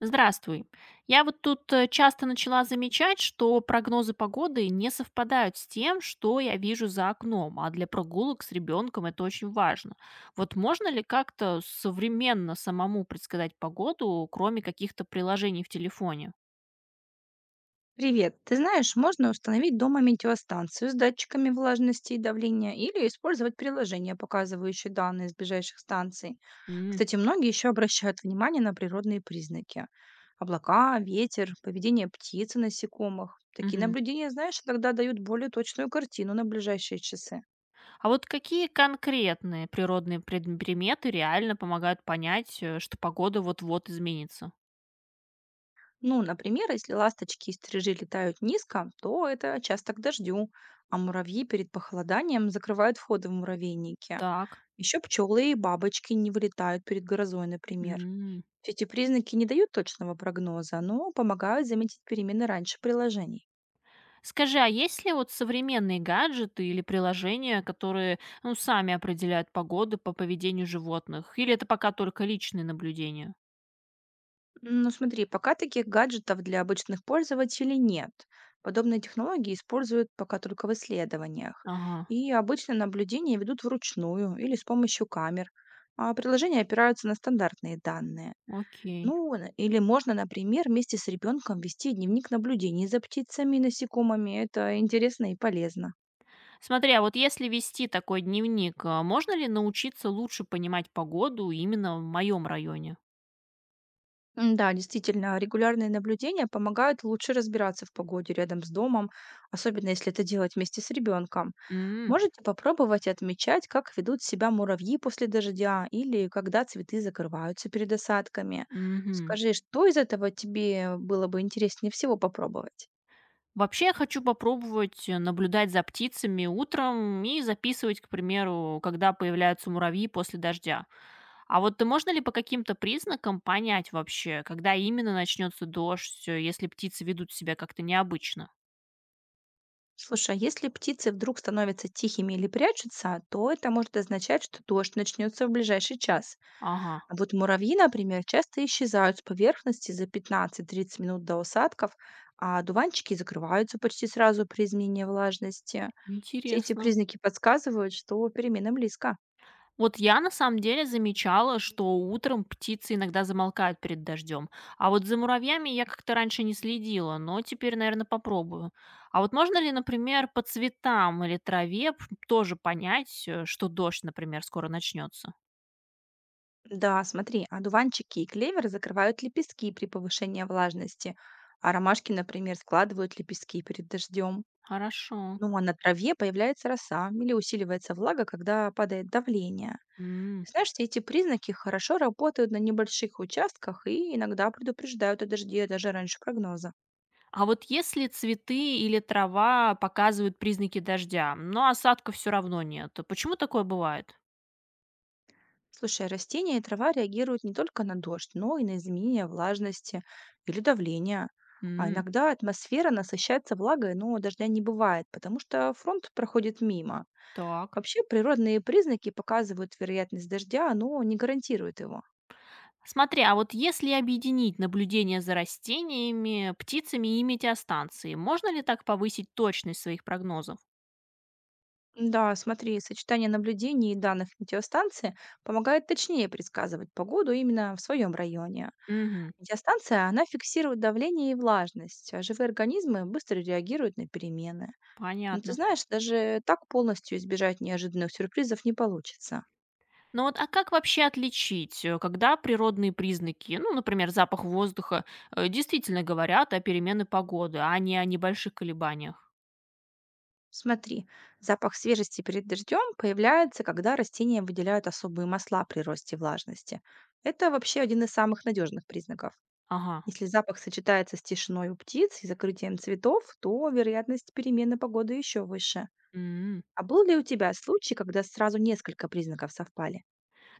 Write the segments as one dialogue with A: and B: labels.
A: Здравствуй. Я вот тут часто начала замечать, что прогнозы погоды не совпадают с тем, что я вижу за окном, а для прогулок с ребенком это очень важно. Вот можно ли как-то современно самому предсказать погоду, кроме каких-то приложений в телефоне?
B: Привет. Ты знаешь, можно установить дома метеостанцию с датчиками влажности и давления или использовать приложение, показывающее данные с ближайших станций.
A: М,
B: Кстати, многие еще обращают внимание на природные признаки. Облака, ветер, поведение птиц и насекомых. Такие
A: мгм.
B: наблюдения, знаешь, иногда дают более точную картину на ближайшие часы.
A: А вот какие конкретные природные приметы реально помогают понять, что погода вот-вот изменится?
B: Ну, например, если ласточки и стрижи летают низко, то это часто к дождю, а муравьи перед похолоданием закрывают входы в муравейники.
A: Так.
B: Еще пчелы и бабочки не вылетают перед грозой, например. Все эти признаки не дают точного прогноза, но помогают заметить перемены раньше приложений.
A: Скажи, а есть ли вот современные гаджеты или приложения, которые, ну, сами определяют погоду по поведению животных? Или это пока только личные наблюдения?
B: Ну смотри, пока таких гаджетов для обычных пользователей нет. Подобные технологии используют пока только в исследованиях.
A: Ага,
B: И обычно наблюдения ведут вручную или с помощью камер, а приложения опираются на стандартные данные.
A: окей.
B: Ну, или можно, например, вместе с ребенком вести дневник наблюдений за птицами и насекомыми. Это интересно и полезно.
A: Смотри, а вот если вести такой дневник, а можно ли научиться лучше понимать погоду именно в моем районе?
B: М, да, действительно, регулярные наблюдения помогают лучше разбираться в погоде рядом с домом, особенно если это делать вместе с ребенком.
A: М,
B: Можете попробовать отмечать, как ведут себя муравьи после дождя или когда цветы закрываются перед осадками.
A: мгм.
B: Скажи, что из этого тебе было бы интереснее всего попробовать?
A: Вообще я хочу попробовать наблюдать за птицами утром и записывать, к примеру, когда появляются муравьи после дождя. А вот можно ли по каким-то признакам понять вообще, когда именно начнется дождь, если птицы ведут себя как-то необычно?
B: Слушай, а если птицы вдруг становятся тихими или прячутся, то это может означать, что дождь начнется в ближайший час.
A: Ага,
B: А вот муравьи, например, часто исчезают с поверхности за 15-30 минут до осадков, а дуванчики закрываются почти сразу при изменении влажности. Все эти
A: интересно.
B: признаки подсказывают, что перемена близко.
A: Вот я на самом деле замечала, что утром птицы иногда замолкают перед дождем, а вот за муравьями я как-то раньше не следила, но теперь, наверное, попробую. А вот можно ли, например, по цветам или траве тоже понять, что дождь, например, скоро начнется?
B: Да, смотри, одуванчики и клевер закрывают лепестки при повышении влажности, а ромашки, например, складывают лепестки перед дождем.
A: Хорошо.
B: Ну а на траве появляется роса или усиливается влага, когда падает давление.
A: М.
B: Знаешь, все эти признаки хорошо работают на небольших участках и иногда предупреждают о дожде даже раньше прогноза.
A: А вот если цветы или трава показывают признаки дождя, но осадка все равно нет, то почему такое бывает?
B: Слушай, а растения и трава реагируют не только на дождь, но и на изменения влажности или давления. А
A: М,
B: иногда атмосфера насыщается влагой, но дождя не бывает, потому что фронт проходит мимо.
A: так.
B: Вообще природные признаки показывают вероятность дождя, но не гарантируют его.
A: Смотри, а вот если объединить наблюдение за растениями, птицами и метеостанцией, можно ли так повысить точность своих прогнозов?
B: Да, смотри, сочетание наблюдений и данных метеостанции помогает точнее предсказывать погоду именно в своем районе.
A: Угу,
B: Метеостанция, она фиксирует давление и влажность, а живые организмы быстро реагируют на перемены. Но ты
A: понятно.
B: знаешь, даже так полностью избежать неожиданных сюрпризов не получится.
A: Ну вот, а как вообще отличить, когда природные признаки, ну, например, запах воздуха, действительно говорят о перемене погоды, а не о небольших колебаниях?
B: Смотри, запах свежести перед дождем появляется, когда растения выделяют особые масла при росте влажности. Это вообще один из самых надежных признаков.
A: Ага.
B: Если запах сочетается с тишиной у птиц и закрытием цветов, то вероятность перемены погоды еще выше.
A: М.
B: А был ли у тебя случай, когда сразу несколько признаков совпали?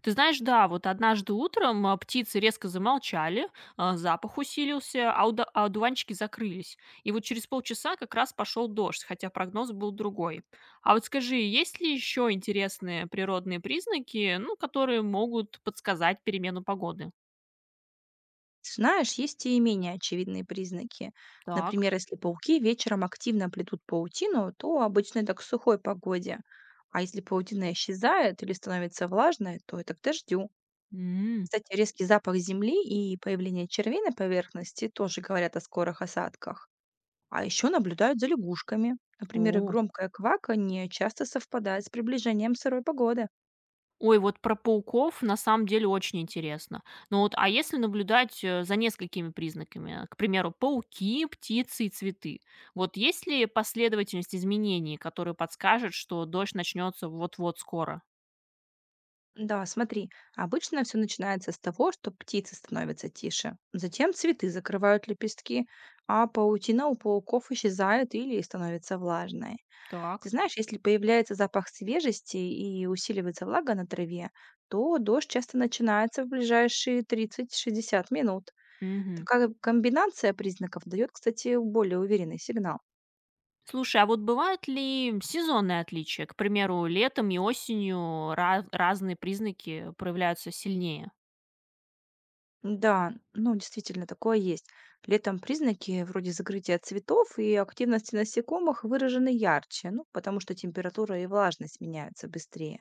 A: Ты знаешь, да, вот однажды утром птицы резко замолчали, запах усилился, а одуванчики закрылись. И вот через полчаса как раз пошел дождь, хотя прогноз был другой. А вот скажи, есть ли еще интересные природные признаки, ну, которые могут подсказать перемену погоды?
B: Знаешь, есть и менее очевидные признаки.
A: Так.
B: Например, если пауки вечером активно плетут паутину, то обычно это к сухой погоде. А если паутина исчезает или становится влажной, то это к дождю.
A: М.
B: Кстати, резкий запах земли и появление червей на поверхности тоже говорят о скорых осадках. А еще наблюдают за лягушками. Например, их
A: О.
B: громкое кваканье часто совпадает с приближением сырой погоды.
A: Ой, вот про пауков на самом деле очень интересно. Ну вот, а если наблюдать за несколькими признаками, к примеру, пауки, птицы и цветы, вот есть ли последовательность изменений, которые подскажет, что дождь начнется вот-вот скоро?
B: Да, смотри, обычно все начинается с того, что птицы становятся тише. Затем цветы закрывают лепестки, а паутина у пауков исчезает или становится влажной. Ты
A: Так.
B: знаешь, если появляется запах свежести и усиливается влага на траве, то дождь часто начинается в ближайшие 30-60 минут.
A: Мгм.
B: Такая комбинация признаков дает, кстати, более уверенный сигнал.
A: Слушай, а вот бывают ли сезонные отличия? К примеру, летом и осенью разные признаки проявляются сильнее.
B: Да, ну, действительно, такое есть. Летом признаки вроде закрытия цветов и активности насекомых выражены ярче, ну, потому что температура и влажность меняются быстрее.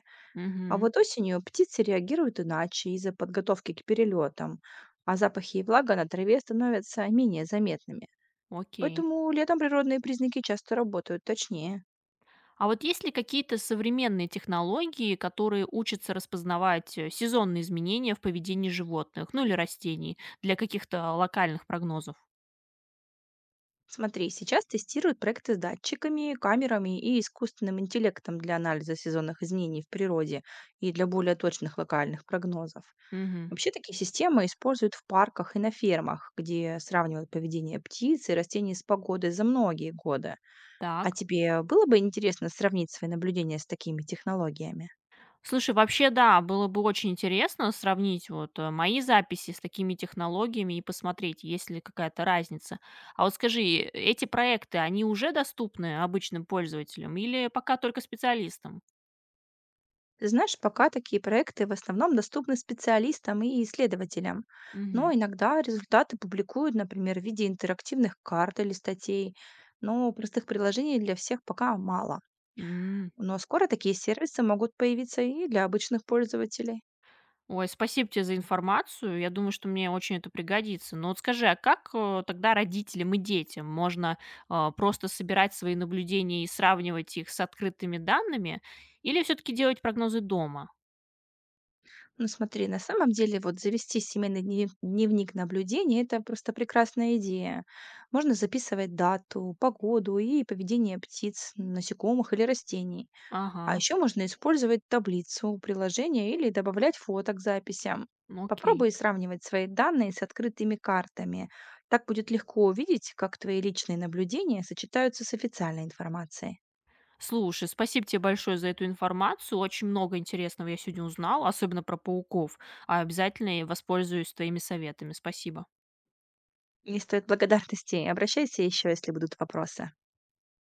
B: А
A: Угу.
B: вот осенью птицы реагируют иначе из-за подготовки к перелетам, а запахи и влага на траве становятся менее заметными.
A: Окей.
B: Поэтому летом природные признаки часто работают точнее.
A: А вот есть ли какие-то современные технологии, которые учатся распознавать сезонные изменения в поведении животных, ну или растений, для каких-то локальных прогнозов?
B: Смотри, сейчас тестируют проекты с датчиками, камерами и искусственным интеллектом для анализа сезонных изменений в природе и для более точных локальных прогнозов.
A: Мгм.
B: Вообще такие системы используют в парках и на фермах, где сравнивают поведение птиц и растений с погодой за многие годы. А
A: Так.
B: тебе было бы интересно сравнить свои наблюдения с такими технологиями?
A: Слушай, вообще, да, было бы очень интересно сравнить вот мои записи с такими технологиями и посмотреть, есть ли какая-то разница. А вот скажи, эти проекты, они уже доступны обычным пользователям или пока только специалистам?
B: Ты знаешь, пока такие проекты в основном доступны специалистам и исследователям, но
A: Мгм.
B: иногда результаты публикуют, например, в виде интерактивных карт или статей, но простых приложений для всех пока мало.
A: М.
B: Но скоро такие сервисы могут появиться и для обычных пользователей.
A: Ой, спасибо тебе за информацию. Я думаю, что мне очень это пригодится. Но вот скажи, а как тогда родителям и детям можно просто собирать свои наблюдения и сравнивать их с открытыми данными, или все-таки делать прогнозы дома?
B: Ну смотри, на самом деле вот завести семейный дневник наблюдений– это просто прекрасная идея. Можно записывать дату, погоду и поведение птиц, насекомых или растений.
A: Ага,
B: А еще можно использовать таблицу приложения или добавлять фото к записям.
A: ну окей.
B: Попробуй сравнивать свои данные с открытыми картами. Так будет легко увидеть, как твои личные наблюдения сочетаются с официальной информацией.
A: Слушай, спасибо тебе большое за эту информацию. Очень много интересного я сегодня узнала, особенно про пауков. А обязательно я воспользуюсь твоими советами. Спасибо.
B: Не стоит благодарности. Обращайся еще, если будут вопросы.